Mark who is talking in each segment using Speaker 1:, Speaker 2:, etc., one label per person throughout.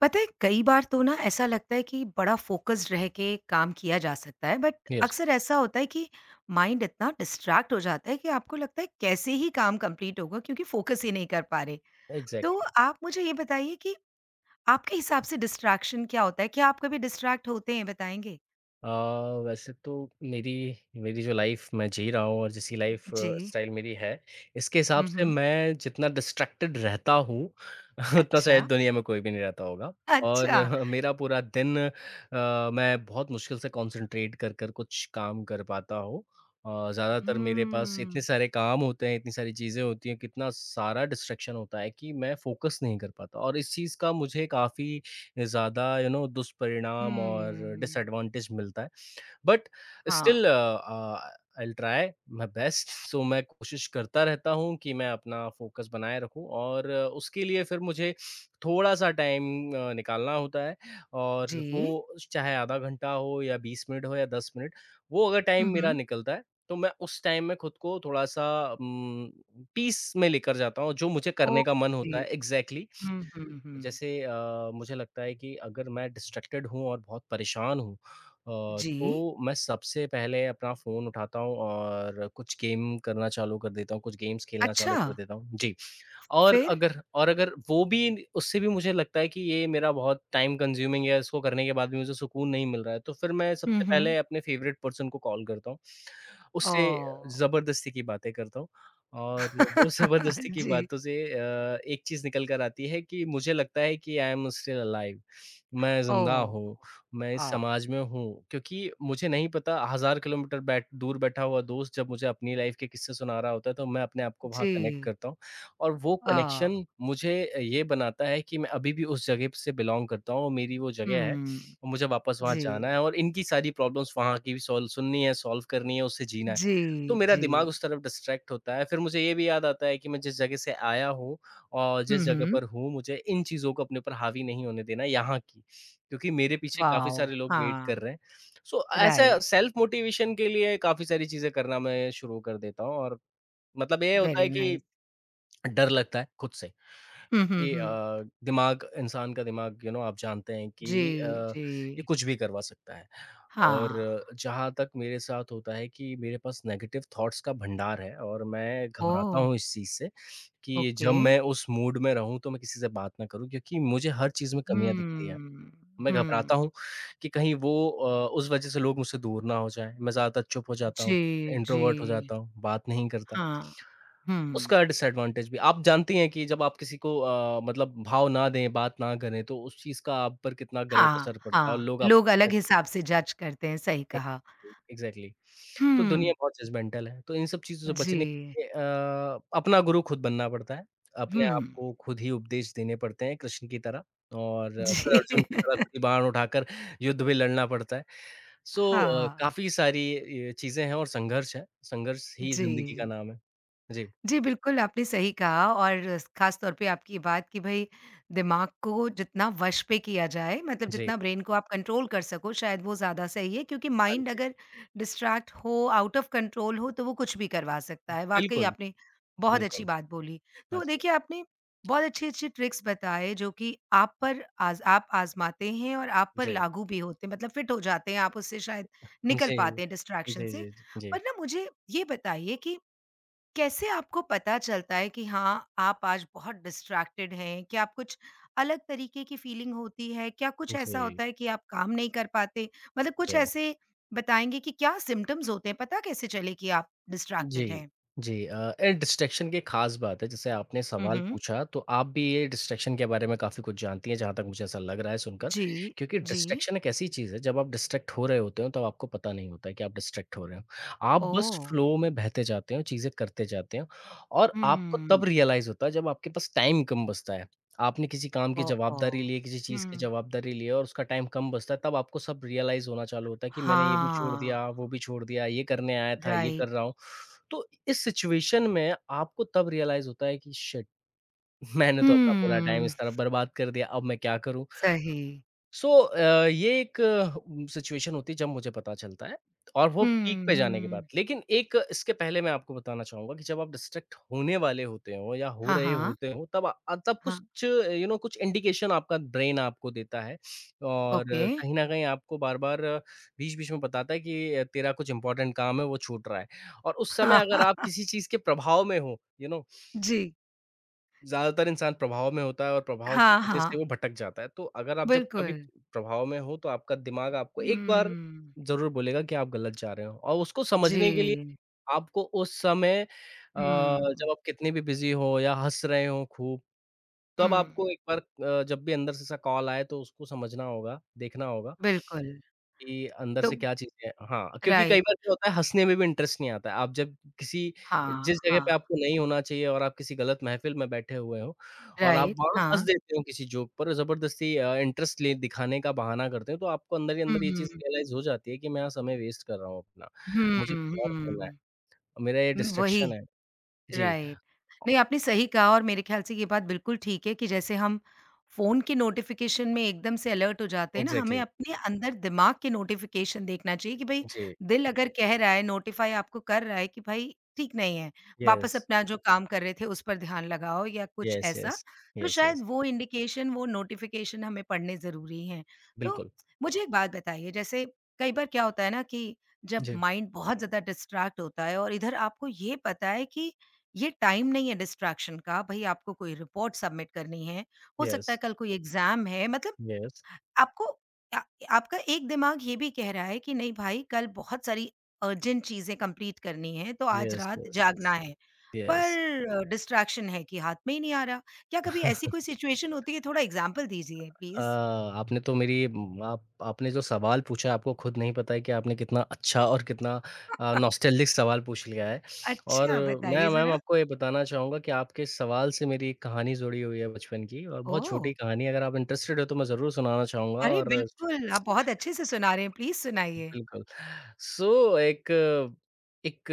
Speaker 1: पता है कई बार तो ना ऐसा लगता है कि बड़ा फोकस्ड रह के काम किया जा सकता है बट
Speaker 2: यस,
Speaker 1: अक्सर ऐसा होता है कि माइंड इतना डिस्ट्रैक्ट हो जाता है कि आपको लगता है कैसे ही काम कंप्लीट होगा क्योंकि फोकस ही नहीं कर पा रहे। तो
Speaker 2: एग्ज़ैक्टली।
Speaker 1: आप मुझे ये बताइए कि आपके हिसाब से डिस्ट्रैक्शन क्या होता है, क्या आप कभी डिस्ट्रैक्ट होते हैं, बताएंगे?
Speaker 2: अ, वैसे तो मेरी मेरी जो लाइफ़ मैं जी रहा हूँ और जैसी लाइफ़
Speaker 1: जी।
Speaker 2: स्टाइल मेरी है, इसके हिसाब से
Speaker 1: हम्म।
Speaker 2: मैं जितना डिस्ट्रैक्टेड रहता हूँ, उतना
Speaker 1: अच्छा।
Speaker 2: शायद दुनिया में कोई भी नहीं रहता होगा। और
Speaker 1: अच्छा।
Speaker 2: मेरा पूरा दिन मैं बहुत मुश्किल से कॉन्सन्ट्रेट कर कुछ काम कर पाता हूँ। ज़्यादातर मेरे पास इतने
Speaker 1: हम्म।
Speaker 2: सारे काम होते हैं, इतनी सारी चीज़ें होती हैं, कितना सारा डिस्ट्रैक्शन होता है कि मैं फ़ोकस नहीं कर पाता, और इस चीज़ का मुझे काफ़ी ज़्यादा दुष्परिणाम और
Speaker 1: हम्म।
Speaker 2: डिसएडवांटेज मिलता है। बट
Speaker 1: हाँ
Speaker 2: still I will try my best, so मैं कोशिश करता रहता हूँ कि मैं अपना फ़ोकस बनाए रखूँ और उसके लिए फिर मुझे थोड़ा-सा टाइम निकालना होता है। और
Speaker 1: जी।
Speaker 2: वो चाहे आधा घंटा हो या 20 मिनट हो या 10 मिनट, वो अगर टाइम मेरा
Speaker 1: हम्म।
Speaker 2: निकलता है, तो मैं उस टाइम में खुद को थोड़ा-सा उम, पीस में लेकर जाता हूँ, जो मुझे करने का मन
Speaker 1: ओके।
Speaker 2: होता है एग्ज़ैक्टली।
Speaker 1: हम्म।
Speaker 2: जैसे मुझे लगता है कि अगर मैं डिस्ट्रैक्टेड हूँ और बहुत परेशान हूँ,
Speaker 1: जी।
Speaker 2: तो मैं सबसे पहले अपना फ़ोन उठाता हूँ और कुछ गेम करना चालू कर देता हूँ, कुछ गेम्स खेलना चालू
Speaker 1: अच्छा।
Speaker 2: कर देता हूँ। जी। और
Speaker 1: फिर?
Speaker 2: अगर और अगर वो भी, उससे भी मुझे लगता है कि ये मेरा बहुत टाइम कंज्यूमिंग है, इसको करने के बाद भी मुझे सुकून नहीं मिल रहा है, तो फिर मैं
Speaker 1: हुँ,
Speaker 2: सबसे
Speaker 1: हुँ।
Speaker 2: पहले अपने फ़ेवरेट पर्सन को कॉल करता हूँ। उससे
Speaker 1: ओह!
Speaker 2: ज़बरदस्ती की बातें करता हूँ। और वो ज़बरदस्ती की
Speaker 1: जी।
Speaker 2: बातों से एक चीज़ निकल कर आती है कि मुझे लगता है कि आई एम स्टिल अलाइव, मैं ज़िंदा
Speaker 1: ओह!
Speaker 2: हूँ, मैं इस
Speaker 1: अ,
Speaker 2: समाज में हूँ। क्योंकि मुझे नहीं पता, 1000 किलोमीटर बैठ दूर बैठा हुआ दोस्त जब मुझे अपनी लाइफ़ के किस्से सुना रहा होता है, तो मैं अपने आप को वहाँ
Speaker 1: जी।
Speaker 2: कनेक्ट करता हूँ। और वो
Speaker 1: अ,
Speaker 2: कनेक्शन मुझे ये बनाता है कि मैं अभी भी उस जगह से बिलॉन्ग करता हूँ और मेरी वो जगह है।
Speaker 1: हुँ।
Speaker 2: और मुझे वापस वहाँ जाना
Speaker 1: जी,
Speaker 2: है और इनकी सारी प्रॉब्लम्स वहाँ की भी सॉल्व सुननी है, सॉल्व करनी है, उससे जीना है।
Speaker 1: जी,
Speaker 2: तो मेरा
Speaker 1: जी।
Speaker 2: दिमाग उस तरफ डिस्ट्रैक्ट होता है, फिर मुझे ये भी याद आता है कि मैं जिस जगह से आया हूँ और
Speaker 1: हुँ,
Speaker 2: जिस जगह
Speaker 1: हुँ।
Speaker 2: पर हूँ, मुझे इन चीज़ों को अपने ऊपर हावी नहीं होने देना है यहाँ की, क्योंकि मेरे पीछे काफ़ी
Speaker 1: वाओ!
Speaker 2: सारे लोग वेट
Speaker 1: हाँ,
Speaker 2: कर रहे हैं। सो ऐसे
Speaker 1: राइट,
Speaker 2: सेल्फ मोटिवेशन के लिए काफ़ी सारी चीज़ें करना मैं शुरू कर देता हूँ। और मतलब ये होता है
Speaker 1: वेरी
Speaker 2: कि
Speaker 1: नाइस।
Speaker 2: डर लगता है खुद से
Speaker 1: हुँ, हुँ,
Speaker 2: कि
Speaker 1: हुँ।
Speaker 2: दिमाग इंसान का दिमाग, आप जानते हैं
Speaker 1: जी,
Speaker 2: कि
Speaker 1: जी।
Speaker 2: ये कुछ भी करवा सकता है।
Speaker 1: हाँ।
Speaker 2: और जहाँ तक मेरे साथ होता है कि मेरे पास नेगेटिव थॉट्स का भंडार है और मैं घबराता
Speaker 1: ओह!
Speaker 2: हूँ इस चीज़ से कि जब
Speaker 1: ओके।
Speaker 2: मैं उस मूड में रहूँ तो मैं किसी से बात ना करूँ, क्योंकि मुझे हर चीज़ में कमियाँ दिखती हैं।
Speaker 1: हुँ,
Speaker 2: मैं घबराता
Speaker 1: हुँ।
Speaker 2: हूँ कि कहीं वो, उस वज़ह से लोग मुझसे दूर ना हो जाएँ। मैं ज़्यादातर चुप हो जाता हूँ,
Speaker 1: जी, जी।
Speaker 2: इंट्रोवर्ट हो जाता हूँ, बात नहीं करता।
Speaker 1: हाँ, हुँ।
Speaker 2: उसका डिसएडवांटेज भी। आप जानती हैं कि जब आप किसी को मतलब भाव ना दें, बात ना करें, तो उस चीज़ का आप पर कितना गलत
Speaker 1: हाँ,
Speaker 2: असर पड़ता है और
Speaker 1: हाँ,
Speaker 2: लोग आप।
Speaker 1: लोग अलग हिसाब से जज करते हैं, सही कहा।
Speaker 2: एग्ज़ैक्टली। तो दुनिया
Speaker 1: हुँ।
Speaker 2: बहुत जजमेंटल है। तो इन सब चीज़ों से
Speaker 1: जी।
Speaker 2: बचने के लिए अपना गुरु खुद बनना पड़ता है।
Speaker 1: हुँ।
Speaker 2: अपने आप को खुद ही उपदेश देने पड़ते हैं कृष्ण की तरह, और फिर
Speaker 1: जी।
Speaker 2: अर्जुन की तरह खुद ही बाण उठाकर युद्ध भी लड़ना पड़ता है। सो
Speaker 1: हाँ।
Speaker 2: काफ़ी सारी ये चीज़ें हैं, और संघर्ष है। संघर्ष ही
Speaker 1: जी।
Speaker 2: ज़िंदगी का नाम है। जी,
Speaker 1: जी, बिल्कुल, आपने सही कहा और ख़ास तौर पे आपकी बात कि भई दिमाग को जितना वश पे किया जाए, मतलब
Speaker 2: जी।
Speaker 1: जितना ब्रेन को आप कंट्रोल कर सको शायद वो ज़्यादा सही है, क्योंकि
Speaker 2: हाँ
Speaker 1: माइंड
Speaker 2: जी।
Speaker 1: अगर डिस्ट्रैक्ट हो, आउट ऑफ़ कंट्रोल हो तो वो कुछ भी करवा सकता है। वाक़ई
Speaker 2: बिल्कुल।
Speaker 1: आपने बहुत अच्छी
Speaker 2: बिल्कुल,
Speaker 1: बात बोली।
Speaker 2: हाँ
Speaker 1: तो
Speaker 2: जी।
Speaker 1: देखिए, आपने बहुत अच्छे-अच्छे ट्रिक्स बताए जो कि आप पर आज़माते हैं और आप पर
Speaker 2: जी।
Speaker 1: लागू भी होते हैं, मतलब फ़िट हो जाते हैं, आप उससे शायद निकल
Speaker 2: जी।
Speaker 1: पाते हैं डिस्ट्रैक्शन
Speaker 2: जी,
Speaker 1: से।
Speaker 2: जी, जी, जी,
Speaker 1: पर ना, मुझे ये बताइए कि कैसे आपको पता चलता है कि हाँ, आप आज बहुत डिस्ट्रैक्टेड हैं? क्या आप कुछ अलग तरीके की फीलिंग होती है? क्या कुछ ऐसा
Speaker 2: जी।
Speaker 1: होता है कि आप काम नहीं कर पाते? मतलब कुछ
Speaker 2: जी
Speaker 1: ऐसे बताएँगे कि क्या सिम्पटम्स होते हैं? पता कैसे चले कि आप डिस्ट्रैक्टेड
Speaker 2: जी,
Speaker 1: हैं?
Speaker 2: जी। ये डिस्ट्रैक्शन की एक ख़ास बात है, जैसे आपने
Speaker 1: हुँ,
Speaker 2: सवाल
Speaker 1: हुँ।
Speaker 2: पूछा, तो आप भी ये डिस्ट्रैक्शन के बारे में काफ़ी कुछ जानती हैं, जहाँ तक मुझे ऐसा लग रहा है सुनकर।
Speaker 1: जी,
Speaker 2: क्योंकि
Speaker 1: जी।
Speaker 2: डिस्ट्रैक्शन एक ऐसी चीज़ है, जब आप डिस्ट्रैक्ट हो रहे होते हो, तब आपको पता नहीं होता है कि आप डिस्ट्रैक्ट हो रहे हो। आप बस
Speaker 1: ओह!
Speaker 2: फ़्लो में बहते जाते हो, चीज़ें करते जाते हो और आपको तब
Speaker 1: हुँ।
Speaker 2: रियलाइज़ होता है, जब आपके पास टाइम कम बचता है। आपने किसी काम की
Speaker 1: ओह!
Speaker 2: जवाबदारी
Speaker 1: ओह!
Speaker 2: ली है, किसी चीज़ की
Speaker 1: हुँ।
Speaker 2: जवाबदारी ली है और उसका टाइम कम बचता है, तब आपको सब रियलाइज़ होना चालू होता है कि मैंने ये भी छोड़
Speaker 1: हाँ,
Speaker 2: दिया, वो भी छोड़ दिया, ये करने आया था, ये
Speaker 1: राइट।
Speaker 2: कर रहा हूँ। तो इस सिचुएशन में आपको तब रियलाइज़ होता है कि शिट, मैंने तो अपना पूरा टाइम
Speaker 1: हुँ,
Speaker 2: इस तरह बर्बाद कर दिया, अब मैं क्या करूँ?
Speaker 1: सही।
Speaker 2: सो ये एक सिचुएशन होती है जब मुझे पता चलता है, और वो पीक
Speaker 1: हुँ,
Speaker 2: पे जाने के बाद।
Speaker 1: हुँ।
Speaker 2: लेकिन एक इसके पहले मैं आपको बताना चाहूँगा कि जब आप डिस्ट्रैक्ट होने वाले होते हो या हो
Speaker 1: हाँ,
Speaker 2: रहे
Speaker 1: हाँ।
Speaker 2: होते हो, तब
Speaker 1: हाँ,
Speaker 2: कुछ कुछ इंडिकेशन आपका ब्रेन आपको देता है, और
Speaker 1: ओके।
Speaker 2: कहीं न कहीं आपको बार-बार बीच-बीच में बताता है कि तेरा कुछ इम्पोर्टेंट काम है, वो छूट रहा है। और उस समय अगर आप किसी चीज़ के प्रभाव में हो,
Speaker 1: जी।
Speaker 2: ज़्यादातर इंसान प्रभाव में होता है और प्रभाव की
Speaker 1: हाँ,
Speaker 2: वजह से वो
Speaker 1: हाँ,
Speaker 2: भटक जाता है। तो अगर आप जब कभी
Speaker 1: बिल्कुल।
Speaker 2: प्रभाव में हो, तो आपका दिमाग आपको एक बार
Speaker 1: हुँ,
Speaker 2: ज़रूर बोलेगा कि आप गलत जा रहे हो, और उसको
Speaker 1: जी।
Speaker 2: समझने के लिए आपको उस समय,
Speaker 1: हुँ,
Speaker 2: जब आप कितने भी बिज़ी हो या हँस रहे हो खूब,
Speaker 1: हुँ,
Speaker 2: तब आपको एक बार, जब भी अंदर से ऐसा कॉल आए, तो उसको समझना होगा, देखना होगा।
Speaker 1: बिल्कुल।
Speaker 2: कि अंदर
Speaker 1: तो
Speaker 2: से क्या चीज़ें हैं, हाँ, क्योंकि कई
Speaker 1: राइट,
Speaker 2: बार क्या होता है, हँसने में भी इंटरेस्ट नहीं आता है। आप जब किसी
Speaker 1: हाँ,
Speaker 2: जिस जगह पे
Speaker 1: हाँ,
Speaker 2: आपको नहीं होना चाहिए और आप किसी गलत महफ़िल में बैठे हुए हो और आप
Speaker 1: राइट,
Speaker 2: वहाँ हँस
Speaker 1: हाँ।
Speaker 2: देते हो किसी जोक पर ज़बरदस्ती, इंटरेस्ट ले दिखाने का बहाना करते हो, तो आपको अंदर ही अंदर ये
Speaker 1: हुँ,
Speaker 2: चीज़ रियलाइज़ हो जाती है कि मैं यहाँ समय वेस्ट कर रहा हूँ अपना।
Speaker 1: हुँ,
Speaker 2: मुझे कुछ और करना
Speaker 1: हुँ।
Speaker 2: है। मेरा ये
Speaker 1: वही।
Speaker 2: डिस्ट्रैक्शन है। जी,
Speaker 1: राइट।
Speaker 2: अ,
Speaker 1: नहीं, आपने सही कहा और मेरे ख़्याल से ये बात बिल्कुल ठीक है कि जैसे हम फ़ोन के नोटिफ़िकेशन में एकदम से अलर्ट हो जाते हैं ना, हमें
Speaker 2: एग्ज़ैक्टली।
Speaker 1: अपने अंदर दिमाग के नोटिफ़िकेशन देखना चाहिए कि भई
Speaker 2: जी,
Speaker 1: दिल अगर कह रहा है, नोटिफ़ाई आपको कर रहा है कि भाई ठीक नहीं है,
Speaker 2: येस,
Speaker 1: वापस अपना जो काम कर रहे थे उस पर ध्यान लगाओ या कुछ
Speaker 2: येस,
Speaker 1: ऐसा,
Speaker 2: येस,
Speaker 1: तो
Speaker 2: येस, येस,
Speaker 1: शायद वो इंडिकेशन, वो नोटिफ़िकेशन हमें पढ़ने ज़रूरी हैं। तो
Speaker 2: बिल्कुल।
Speaker 1: मुझे एक बात बताइए, जैसे कई बार क्या होता है ना कि जब
Speaker 2: जी,
Speaker 1: माइंड बहुत ज़्यादा डिस्ट्रैक्ट होता है और इधर आपको ये पता है कि ये टाइम नहीं है डिस्ट्रैक्शन का, भई आपको कोई रिपोर्ट सबमिट करनी है, हो सकता है
Speaker 2: येस,
Speaker 1: कल कोई एग्ज़ाम है, मतलब
Speaker 2: येस,
Speaker 1: आपको अ, आपका एक दिमाग ये भी कह रहा है कि नहीं भाई, कल बहुत सारी अर्जेंट चीज़ें कंप्लीट करनी है, तो आज
Speaker 2: येस,
Speaker 1: रात
Speaker 2: येस,
Speaker 1: जागना
Speaker 2: येस,
Speaker 1: है।
Speaker 2: येस।
Speaker 1: पर डिस्ट्रैक्शन है कि हाथ में ही नहीं आ रहा। क्या कभी ऐसी कोई सिचुएशन होती है? थोड़ा एग्ज़ाम्पल दीजिए प्लीज़।
Speaker 2: आपने तो मेरी म आप आपने जो सवाल पूछा है, आपको खुद नहीं पता है कि आपने कितना अच्छा और कितना नॉस्टैल्जिक सवाल पूछ लिया है। और
Speaker 1: अच्छा,
Speaker 2: मैं
Speaker 1: बताइए
Speaker 2: मैम
Speaker 1: ज़रा?
Speaker 2: आपको ये बताना चाहूँगा कि आपके इस सवाल से मेरी एक कहानी जुड़ी हुई है बचपन की, और बहुत
Speaker 1: ओह!
Speaker 2: छोटी कहानी है, अगर आप इंटरेस्टेड हो तो मैं ज़रूर सुनाना चाहूँगा।
Speaker 1: अरे
Speaker 2: और
Speaker 1: बिल्कुल, आप बहुत अच्छे से सुना रहे हैं, प्लीज़ सुनाइए।
Speaker 2: बिल्कुल। सो एक एक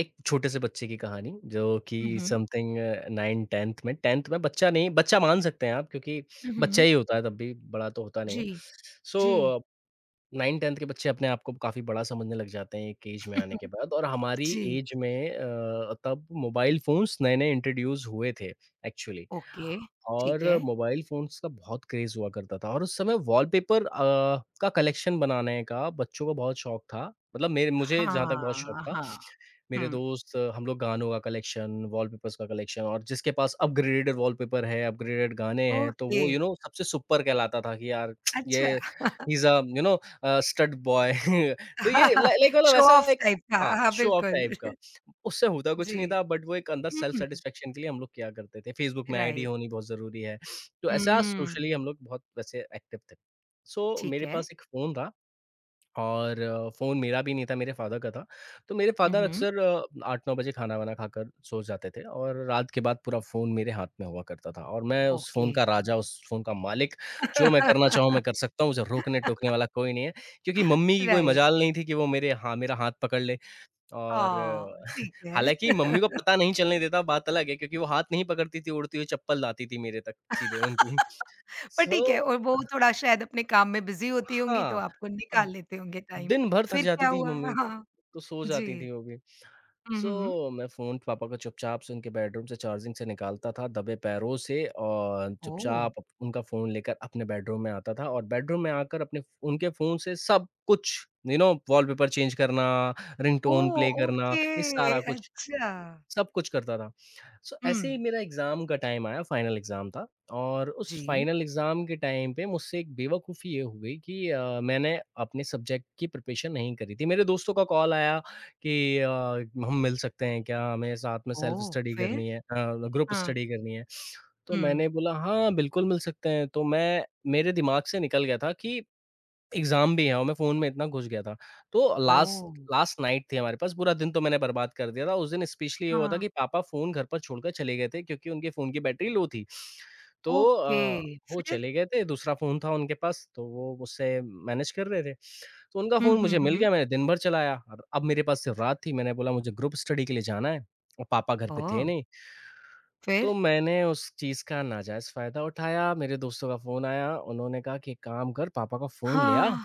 Speaker 2: एक छोटे से बच्चे की कहानी, जो कि
Speaker 1: हुँ, हुँ।
Speaker 2: समथिंग 9-10th में 10th में, बच्चा नहीं बच्चा मान सकते हैं आप, क्योंकि
Speaker 1: हुँ,
Speaker 2: बच्चा
Speaker 1: हुँ।
Speaker 2: ही होता है तब भी, बड़ा तो होता नहीं
Speaker 1: जी,
Speaker 2: है।
Speaker 1: जी।
Speaker 2: सो 9-10th के बच्चे अपने आप को काफ़ी बड़ा समझने लग जाते हैं एक ऐज में आने के बाद, और हमारी
Speaker 1: जी।
Speaker 2: ऐज में, तब मोबाइल फ़ोन्स नए-नए इंट्रोड्यूस हुए थे, एक्चुअली।
Speaker 1: ओके,
Speaker 2: और
Speaker 1: ठीक है।
Speaker 2: मोबाइल फ़ोन्स का बहुत क्रेज़ हुआ करता था, और उस समय वॉलपेपर का कलेक्शन बनाने का बच्चों को बहुत शौक था। मतलब मेरे मुझे जहाँ तक
Speaker 1: हाँ,
Speaker 2: बहुत शौक था।
Speaker 1: हाँ।
Speaker 2: मेरे
Speaker 1: हुँ,
Speaker 2: दोस्त, हम लोग गानों का कलेक्शन, वॉलपेपर्स का कलेक्शन, और जिसके पास अपग्रेडेड वॉलपेपर है, अपग्रेडेड गाने हैं, तो
Speaker 1: ओके,
Speaker 2: वो सबसे सुपर कहलाता था कि यार
Speaker 1: अच्छा।
Speaker 2: ये he is a stud boy. तो ये लाइक मतलब
Speaker 1: शो
Speaker 2: वैसा
Speaker 1: ऑफ
Speaker 2: एक,
Speaker 1: टाइप का।
Speaker 2: हाँ,
Speaker 1: हाँ,
Speaker 2: शो ऑफ
Speaker 1: बिल्कुल।
Speaker 2: टाइप का। उससे होता कुछ
Speaker 1: जी,
Speaker 2: नहीं था, बट वो एक अंदर
Speaker 1: हुँ,
Speaker 2: सेल्फ सैटिस्फैक्शन के लिए हम लोग किया करते थे। फ़ेसबुक में आईडी
Speaker 1: राइट।
Speaker 2: होनी बहुत ज़रूरी है। तो ऐसा सोशली
Speaker 1: हुँ,
Speaker 2: हम लोग बहुत वैसे एक्टिव थे। सो
Speaker 1: ठीक
Speaker 2: मेरे
Speaker 1: है।
Speaker 2: पास एक फ़ोन था, और फ़ोन मेरा भी नहीं था, मेरे फ़ादर का था। तो मेरे
Speaker 1: हुँ,
Speaker 2: फ़ादर
Speaker 1: हुँ,
Speaker 2: अक्सर 8-9 बजे खाना-वाना खाकर सो जाते थे, और रात के बाद पूरा फ़ोन मेरे हाथ में हुआ करता था, और मैं उस
Speaker 1: ओके।
Speaker 2: फ़ोन का राजा, उस फ़ोन का मालिक, जो मैं करना चाहूँ मैं कर सकता हूँ, मुझे रोकने-टोकने वाला कोई नहीं है। क्योंकि मम्मी की कोई
Speaker 1: राइट,
Speaker 2: मजाल नहीं थी कि वो मेरे हाँ, मेरा हाथ पकड़ ले और
Speaker 1: ओह! ठीक है।
Speaker 2: हालाँकि मम्मी को पता नहीं चलने देता, बात अलग है, क्योंकि वो हाथ नहीं पकड़ती थी, उड़ती हुई चप्पल आती थी मेरे तक सीधे उनकी।
Speaker 1: पर
Speaker 2: सो
Speaker 1: ठीक है, और वो थोड़ा शायद अपने काम में बिज़ी होती होंगी तो
Speaker 2: हाँ।
Speaker 1: आपको निकाल लेते होंगे टाइम।
Speaker 2: दिन भर थक
Speaker 1: फिर
Speaker 2: जाती
Speaker 1: क्या
Speaker 2: थी
Speaker 1: हुआ?
Speaker 2: मम्मी,
Speaker 1: हाँ,
Speaker 2: तो सो
Speaker 1: जी।
Speaker 2: जाती थी वो भी।
Speaker 1: हुँ, हुँ।
Speaker 2: सो मैं फ़ोन पापा का चुपचाप से उनके बेडरूम से चार्जिंग से निकालता था दबे पैरों से, और
Speaker 1: ओह!
Speaker 2: चुपचाप अप उनका फ़ोन लेकर अपने बेडरूम में आता था, और बेडरूम में आकर अपने उनके फ़ोन से सब कुछ, वॉलपेपर चेंज करना, रिंगटोन प्ले
Speaker 1: ओह!
Speaker 2: करना,
Speaker 1: ओके,
Speaker 2: ये सारा कुछ।
Speaker 1: अच्छा।
Speaker 2: सब कुछ करता था। सो
Speaker 1: हुँ।
Speaker 2: ऐसे ही मेरा एग्ज़ाम का टाइम आया, फाइनल एग्ज़ाम था, और उस
Speaker 1: जी,
Speaker 2: फाइनल एग्ज़ाम के टाइम पे मुझसे एक बेवकूफ़ी ये हो गई कि मैंने अपने सब्जेक्ट की प्रिपरेशन नहीं करी थी। मेरे दोस्तों का कॉल आया कि "हम मिल सकते हैं क्या? हमें साथ में सेल्फ
Speaker 1: ओह!
Speaker 2: स्टडी
Speaker 1: फिर?
Speaker 2: करनी है ग्रुप
Speaker 1: हाँ,
Speaker 2: स्टडी करनी है।" तो
Speaker 1: हुँ।
Speaker 2: मैंने बोला, "हाँ, बिल्कुल मिल सकते हैं।" तो मैं मेरे दिमाग से निकल गया था कि एग्ज़ाम भी है और मैं फ़ोन में इतना घुस गया था। तो लास्ट
Speaker 1: ओह!
Speaker 2: लास्ट नाइट थी हमारे पास, पूरा दिन तो मैंने बर्बाद कर दिया था। उस दिन स्पेशली ये हुआ था
Speaker 1: हाँ।
Speaker 2: कि पापा फ़ोन घर पर छोड़कर चले गए थे क्योंकि उनके फ़ोन की बैटरी लो थी। तो
Speaker 1: ओके,
Speaker 2: वो
Speaker 1: फिर?
Speaker 2: चले गए थे, दूसरा फ़ोन था उनके पास, तो वो मुझसे मैनेज कर रहे थे। तो उनका
Speaker 1: हुँ,
Speaker 2: फ़ोन
Speaker 1: हुँ,
Speaker 2: मुझे मिल
Speaker 1: हुँ।
Speaker 2: गया, मैंने दिन भर चलाया और अब मेरे पास सिर्फ़ रात थी। मैंने बोला मुझे ग्रुप स्टडी के लिए जाना है और पापा घर पे थे
Speaker 1: ओह!
Speaker 2: नहीं। तो
Speaker 1: फिर?
Speaker 2: मैंने उस चीज़ का नाजायज़ फ़ायदा उठाया, मेरे दोस्तों का फ़ोन आया, उन्होंने कहा कि एक काम कर पापा का फ़ोन ले आ
Speaker 1: हाँ।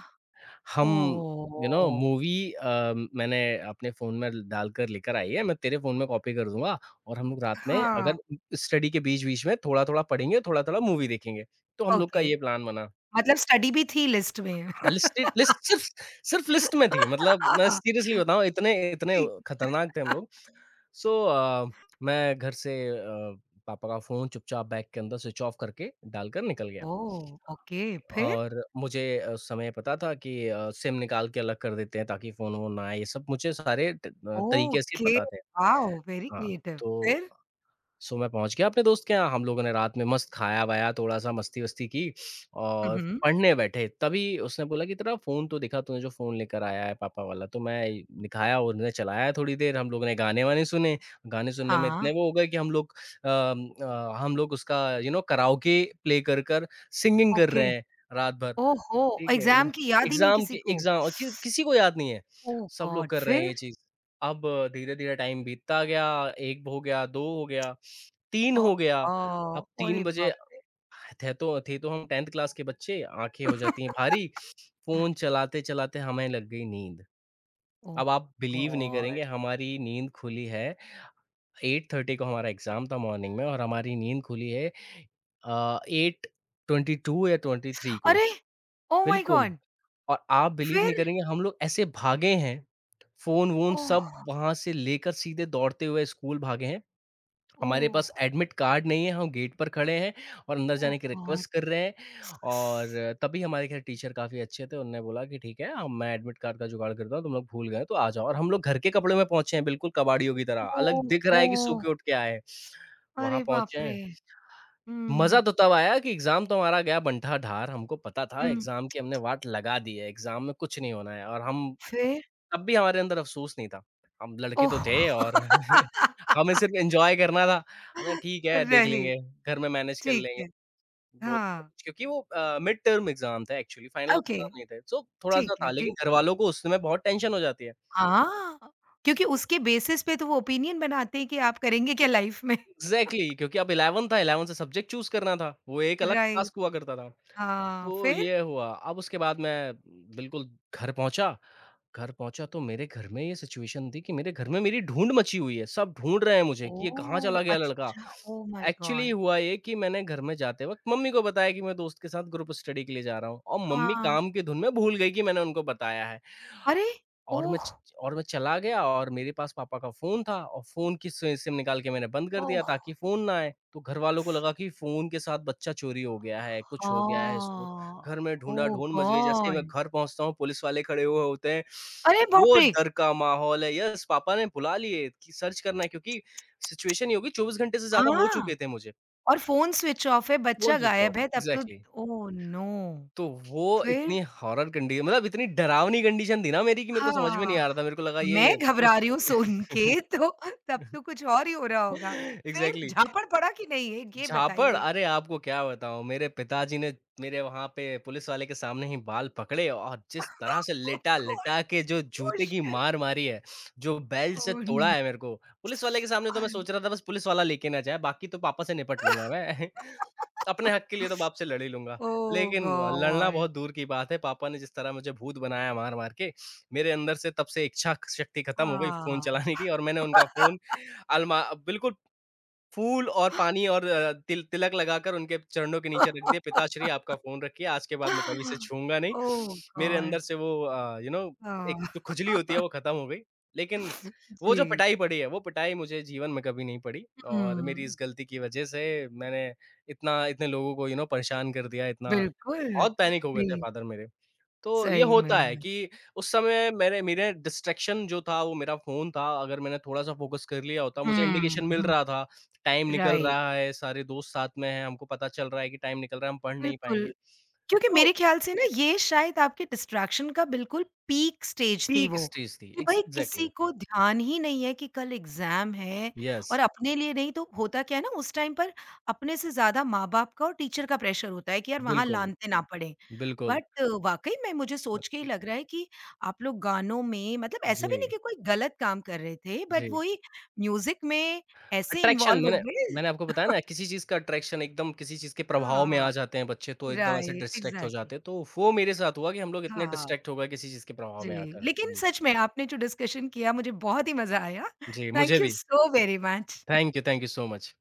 Speaker 2: हम
Speaker 1: ओह!
Speaker 2: मूवी मैंने अपने फ़ोन में डालकर लेकर आई है, मैं तेरे फ़ोन में कॉपी कर दूँगा और हम लोग रात में अगर
Speaker 1: हाँ।
Speaker 2: स्टडी के बीच-बीच में थोड़ा-थोड़ा पढ़ेंगे, थोड़ा-थोड़ा मूवी देखेंगे। तो हम लोग का
Speaker 1: ओके,
Speaker 2: ये प्लान बना।
Speaker 1: मतलब स्टडी भी थी लिस्ट में।
Speaker 2: हाँ, लिस्टेड लिस्ट सिर्फ सिर्फ लिस्ट में थी मतलब मैं सीरियसली बताऊँ इतने इतने
Speaker 1: ठीक।
Speaker 2: खतरनाक थे हम लोग। सो मैं घर से पापा का फ़ोन चुपचाप बैग के अंदर स्विच ऑफ करके डालकर निकल गया।
Speaker 1: ओह! ओके, फिर?
Speaker 2: और मुझे उस समय पता था कि सिम निकाल के अलग कर देते हैं ताकि फ़ोन वोन ना आए, ये सब मुझे सारे तरीके से
Speaker 1: ओके,
Speaker 2: पता थे।
Speaker 1: वॉव! वेरी
Speaker 2: हाँ,
Speaker 1: क्रिएटिव,
Speaker 2: तो
Speaker 1: फिर?
Speaker 2: सो मैं पहुँच गया अपने दोस्त के यहाँ, हम लोगों ने रात में मस्त खाया-वाया, थोड़ा-सा मस्ती-वस्ती की
Speaker 1: हुँ,
Speaker 2: और
Speaker 1: हुँ।
Speaker 2: पढ़ने बैठे। तभी उसने बोला कि तेरा फ़ोन तो दिखा, तूने जो फ़ोन लेकर आया है पापा वाला, तो मैं दिखाया और उन्होंने चलाया थोड़ी देर, हम लोगों ने गाने-वाने सुने। गाने सुनने में
Speaker 1: हाँ,
Speaker 2: इतने वो हो गए कि हम लोग उसका कराओके प्ले कर सिंगिंग कर
Speaker 1: ओके।
Speaker 2: रहे हैं रात भर।
Speaker 1: ओहो!
Speaker 2: ठीक है, वो
Speaker 1: एग्ज़ाम की याद ही नहीं किसी को।
Speaker 2: एग्ज़ाम कि किसी को याद नहीं है,
Speaker 1: ओह
Speaker 2: सब लोग
Speaker 1: गॉड!
Speaker 2: कर रहे हैं
Speaker 1: फिर?
Speaker 2: ये चीज़। अब धीरे-धीरे टाइम बीतता गया, 1 हो गया, 2 हो गया, 3
Speaker 1: अ,
Speaker 2: हो गया, अब 3
Speaker 1: अरे
Speaker 2: बजे
Speaker 1: बाप रे!
Speaker 2: थे तो हम 10th क्लास के बच्चे, आँखें हो जाती हैं भारी, फ़ोन चलाते-चलाते हमें लग गई नींद।
Speaker 1: ओह
Speaker 2: अब आप बिलीव नहीं करेंगे
Speaker 1: गॉड!
Speaker 2: हमारी नींद खुली है 8:30 को हमारा एग्ज़ाम था मॉर्निंग में और हमारी नींद खुली है 8:22 या 23 को,
Speaker 1: अरे! ओह माय
Speaker 2: बिल्कुल।
Speaker 1: गॉड!
Speaker 2: और आप बिलीव नहीं
Speaker 1: फिर?
Speaker 2: करेंगे हम लोग ऐसे भागे हैं, फ़ोन-वोन
Speaker 1: ओह!
Speaker 2: सब वहाँ से लेकर सीधे दौड़ते हुए स्कूल भागे हैं। हमारे पास
Speaker 1: ओह!
Speaker 2: एडमिट कार्ड नहीं है, हम गेट पर खड़े हैं और अंदर
Speaker 1: ओह
Speaker 2: जाने की
Speaker 1: गॉड!
Speaker 2: रिक्वेस्ट कर रहे हैं और तभी हमारे खैर टीचर काफ़ी अच्छे थे, उन्होंने बोला कि ठीक है, अब मैं एडमिट कार्ड का जुगाड़ करता हूँ, तुम लोग भूल गए तो आ जाओ और हम लोग घर के कपड़े में पहुँचे हैं बिल्कुल कबाड़ियों की तरह, अलग
Speaker 1: ओह!
Speaker 2: दिख रहा है कि सो
Speaker 1: ओह!
Speaker 2: के उठ के आए हैं। वहाँ
Speaker 1: अरे
Speaker 2: पहुँचे
Speaker 1: बाप रे!
Speaker 2: हैं। मज़ा
Speaker 1: हुँ,
Speaker 2: तो तब आया कि एग्ज़ाम तो हमारा गया बंटा-धार, हमको पता था
Speaker 1: हुँ।
Speaker 2: एग्ज़ाम की हमने वाट लगा दी है, एग्ज़ाम में कुछ नहीं होना है और हम
Speaker 1: फिर?
Speaker 2: तब भी हमारे अंदर अफ़सोस नहीं था। हम लड़के
Speaker 1: ओह!
Speaker 2: तो थे और हमें सिर्फ़ एन्जॉय करना था। है ना, ठीक है देख
Speaker 1: नहीं,
Speaker 2: लेंगे, घर में मैनेज कर
Speaker 1: ठीक
Speaker 2: लेंगे,
Speaker 1: है।
Speaker 2: वो
Speaker 1: हाँ,
Speaker 2: क्योंकि वो मिड टर्म एग्ज़ाम था एक्चुअली फाइनल
Speaker 1: ओके,
Speaker 2: एग्ज़ाम नहीं थे। सो थोड़ा-सा
Speaker 1: ठीक है,
Speaker 2: था लेकिन
Speaker 1: ठीक है।
Speaker 2: घरवालों को उस समय बहुत टेंशन हो जाती है।
Speaker 1: हाँ, क्योंकि उसके बेसिस पे तो वो ओपिनियन बनाते हैं कि आप करेंगे क्या लाइफ में?
Speaker 2: एग्ज़ैक्टली क्योंकि अब 11 था, 11 से सब्जेक्ट चूज़ करना था, वो एक अलग
Speaker 1: राइट,
Speaker 2: टास्क हुआ करता था।
Speaker 1: हाँ,
Speaker 2: तो
Speaker 1: फिर?
Speaker 2: ये हुआ, अब उसके बाद मैं बिल्कुल घर पहुँचा, घर पहुँचा तो मेरे घर में ये सिचुएशन थी कि मेरे घर में मेरी ढूँढ मची हुई है, सब ढूँढ रहे हैं मुझे कि ये कहाँ चला
Speaker 1: ओह!
Speaker 2: गया लड़का।
Speaker 1: अच्छा, ओह माय
Speaker 2: एक्चुअली
Speaker 1: गॉड!
Speaker 2: हुआ ये कि मैंने घर में जाते वक़्त मम्मी को बताया कि मैं दोस्त के साथ ग्रुप स्टडी के लिए जा रहा हूँ और मम्मी
Speaker 1: हाँ,
Speaker 2: काम की धुन में भूल गई कि मैंने उनको बताया है।
Speaker 1: अरे!
Speaker 2: और मैं
Speaker 1: ओह!
Speaker 2: च और मैं चला गया और मेरे पास पापा का फ़ोन था और फ़ोन की सि सिम निकाल के मैंने बंद कर दिया
Speaker 1: ओह!
Speaker 2: ताकि फ़ोन ना आए। तो घरवालों को लगा कि फ़ोन के साथ बच्चा चोरी हो गया है, कुछ हो गया है इसको।
Speaker 1: हाँ,
Speaker 2: घर में
Speaker 1: ओह
Speaker 2: ढूँढ़ा-ढूँढ़ मच गई, जैसे ही मैं
Speaker 1: गॉड!
Speaker 2: घर पहुँचता हूँ पुलिस वाले खड़े हुए होते हैं।
Speaker 1: अरे बाप
Speaker 2: वो
Speaker 1: रे!
Speaker 2: डर का माहौल है। यस, पापा ने बुला लिए कि सर्च करना है क्योंकि सिचुएशन ये होगी 24 घंटे से ज़्यादा हो
Speaker 1: हाँ,
Speaker 2: चुके थे मुझे।
Speaker 1: और फ़ोन स्विच ऑफ है,
Speaker 2: फ़ोन
Speaker 1: बच्चा
Speaker 2: स्विच
Speaker 1: गायब
Speaker 2: ऑफ है।
Speaker 1: है, तब तो
Speaker 2: एग्ज़ैक्टली।
Speaker 1: Oh no!
Speaker 2: तो वो
Speaker 1: फिर?
Speaker 2: इतनी हॉरर कंडी मतलब इतनी डरावनी कंडीशन थी ना मेरी कि मेरे को समझ में नहीं
Speaker 1: हाँ,
Speaker 2: आ रहा था। मेरे को लगा
Speaker 1: मैं
Speaker 2: ये पुलिस
Speaker 1: घबरा रही हूँ सुन के। तो तब तो कुछ और ही हो रहा होगा। फिर
Speaker 2: एग्ज़ैक्टली।
Speaker 1: झापड़ पड़ा कि नहीं, ये
Speaker 2: झापड़!
Speaker 1: बताइए?
Speaker 2: अरे आपको क्या बताऊँ, मेरे पिताजी ने मेरे वहाँ पे पुलिस वाले के सामने ही बाल पकड़े और जिस तरह से
Speaker 1: ओह गॉड!
Speaker 2: लिटा-लिटा के जो
Speaker 1: ओह
Speaker 2: जूते की
Speaker 1: शिट!
Speaker 2: मार मारी है, जो बेल्ट से
Speaker 1: ओह
Speaker 2: तोड़ा है मेरे को, पुलिस वाले के सामने तो मैं
Speaker 1: नो!
Speaker 2: सोच रहा था बस पुलिस वाला लेके ना जाए, बाकी तो पापा से निपट लूँगा मैं। अपने हक के लिए तो बाप से लड़ ही लूँगा,
Speaker 1: Oh
Speaker 2: लेकिन लड़ना बहुत
Speaker 1: God!
Speaker 2: दूर की बात है, पापा ने जिस तरह मुझे भूत बनाया मार-मार के, मेरे अंदर से तब से इच्छा शक्ति खत्म हो गई फ़ोन
Speaker 1: Ah!
Speaker 2: चलाने की और मैंने उनका फ़ोन अलमा बिल्कुल फूल और पानी और तिल तिलक लगाकर उनके चरणों के नीचे रख दिया, "पिताश्री आपका फ़ोन रखिए, आज के बाद मैं कभी इसे छूऊँगा नहीं।"
Speaker 1: Oh
Speaker 2: मेरे अंदर
Speaker 1: God!
Speaker 2: से वो एक जो
Speaker 1: Ah!
Speaker 2: खुजली होती है वो ख़त्म हो गई। लेकिन वो जो
Speaker 1: Yes.
Speaker 2: पिटाई पड़ी है, वो पिटाई मुझे जीवन में कभी नहीं पड़ी और मेरी इस
Speaker 1: Hmm.
Speaker 2: गलती की वज़ह से मैंने इतना इतने लोगों को परेशान कर दिया, इतना
Speaker 1: Absolutely.
Speaker 2: बहुत पैनिक हो गए थे
Speaker 1: Yes.
Speaker 2: फ़ादर मेरे। तो ये होता है कि उस समय मेरे मेरे डिस्ट्रैक्शन जो था वो मेरा फ़ोन था, अगर मैंने थोड़ा-सा फ़ोकस कर लिया होता, मुझे इंडिकेशन मिल रहा था, टाइम निकल
Speaker 1: Right.
Speaker 2: रहा है, सारे दोस्त साथ में हैं, हमको पता चल रहा है कि टाइम निकल रहा है, हम पढ़ नहीं पाएँगे।
Speaker 1: Absolutely. क्योंकि
Speaker 2: तो
Speaker 1: मेरे ख्याल से ना ये शायद आपके डिस्ट्रैक्शन का बिल्कुल पीक स्टेज थी
Speaker 2: पीक
Speaker 1: वो,
Speaker 2: स्टेज थी
Speaker 1: कि
Speaker 2: एक्स
Speaker 1: भई
Speaker 2: एग्ज़ैक्टली
Speaker 1: किसी को ध्यान ही नहीं है कि कल एग्ज़ाम है,
Speaker 2: यस,
Speaker 1: और अपने लिए नहीं तो होता क्या है ना उस टाइम पर, अपने से ज़्यादा माँ-बाप का और टीचर का प्रेशर होता है कि यार वहाँ
Speaker 2: बिल्कुल,
Speaker 1: लानते ना पड़ें।
Speaker 2: बिल्कुल।
Speaker 1: बट वाक़ई में मुझे सोच के ही लग रहा है कि आप लोग गानों में, मतलब ऐसा भी नहीं
Speaker 2: जी,
Speaker 1: कि कोई गलत काम कर रहे थे बट
Speaker 2: जी।
Speaker 1: वही म्यूज़िक में ऐसे
Speaker 2: अट्रैक्शन
Speaker 1: इन्वॉल्व हो
Speaker 2: मैंने
Speaker 1: गए।
Speaker 2: मैंने आपको बताया ना किसी चीज़ का अट्रैक्शन एकदम किसी चीज़ के प्रभाव में आ
Speaker 1: हाँ,
Speaker 2: जाते हैं बच्चे तो एकदम ऐसे
Speaker 1: राइट,
Speaker 2: डिस्ट्रैक्ट हो
Speaker 1: एग्ज़ैक्टली।
Speaker 2: जाते हैं, तो वो मेरे साथ हुआ कि हम लोग इतने
Speaker 1: हाँ।
Speaker 2: डिस्ट्रैक्ट हो गए किसी चीज़ के प्रभाव में
Speaker 1: जी,
Speaker 2: आकर।
Speaker 1: लेकिन
Speaker 2: जी।
Speaker 1: सच में आपने जो डिस्कशन किया मुझे बहुत ही मज़ा आया।
Speaker 2: जी, मुझे
Speaker 1: थैंक यू
Speaker 2: भी।
Speaker 1: So very much.
Speaker 2: Thank you so much.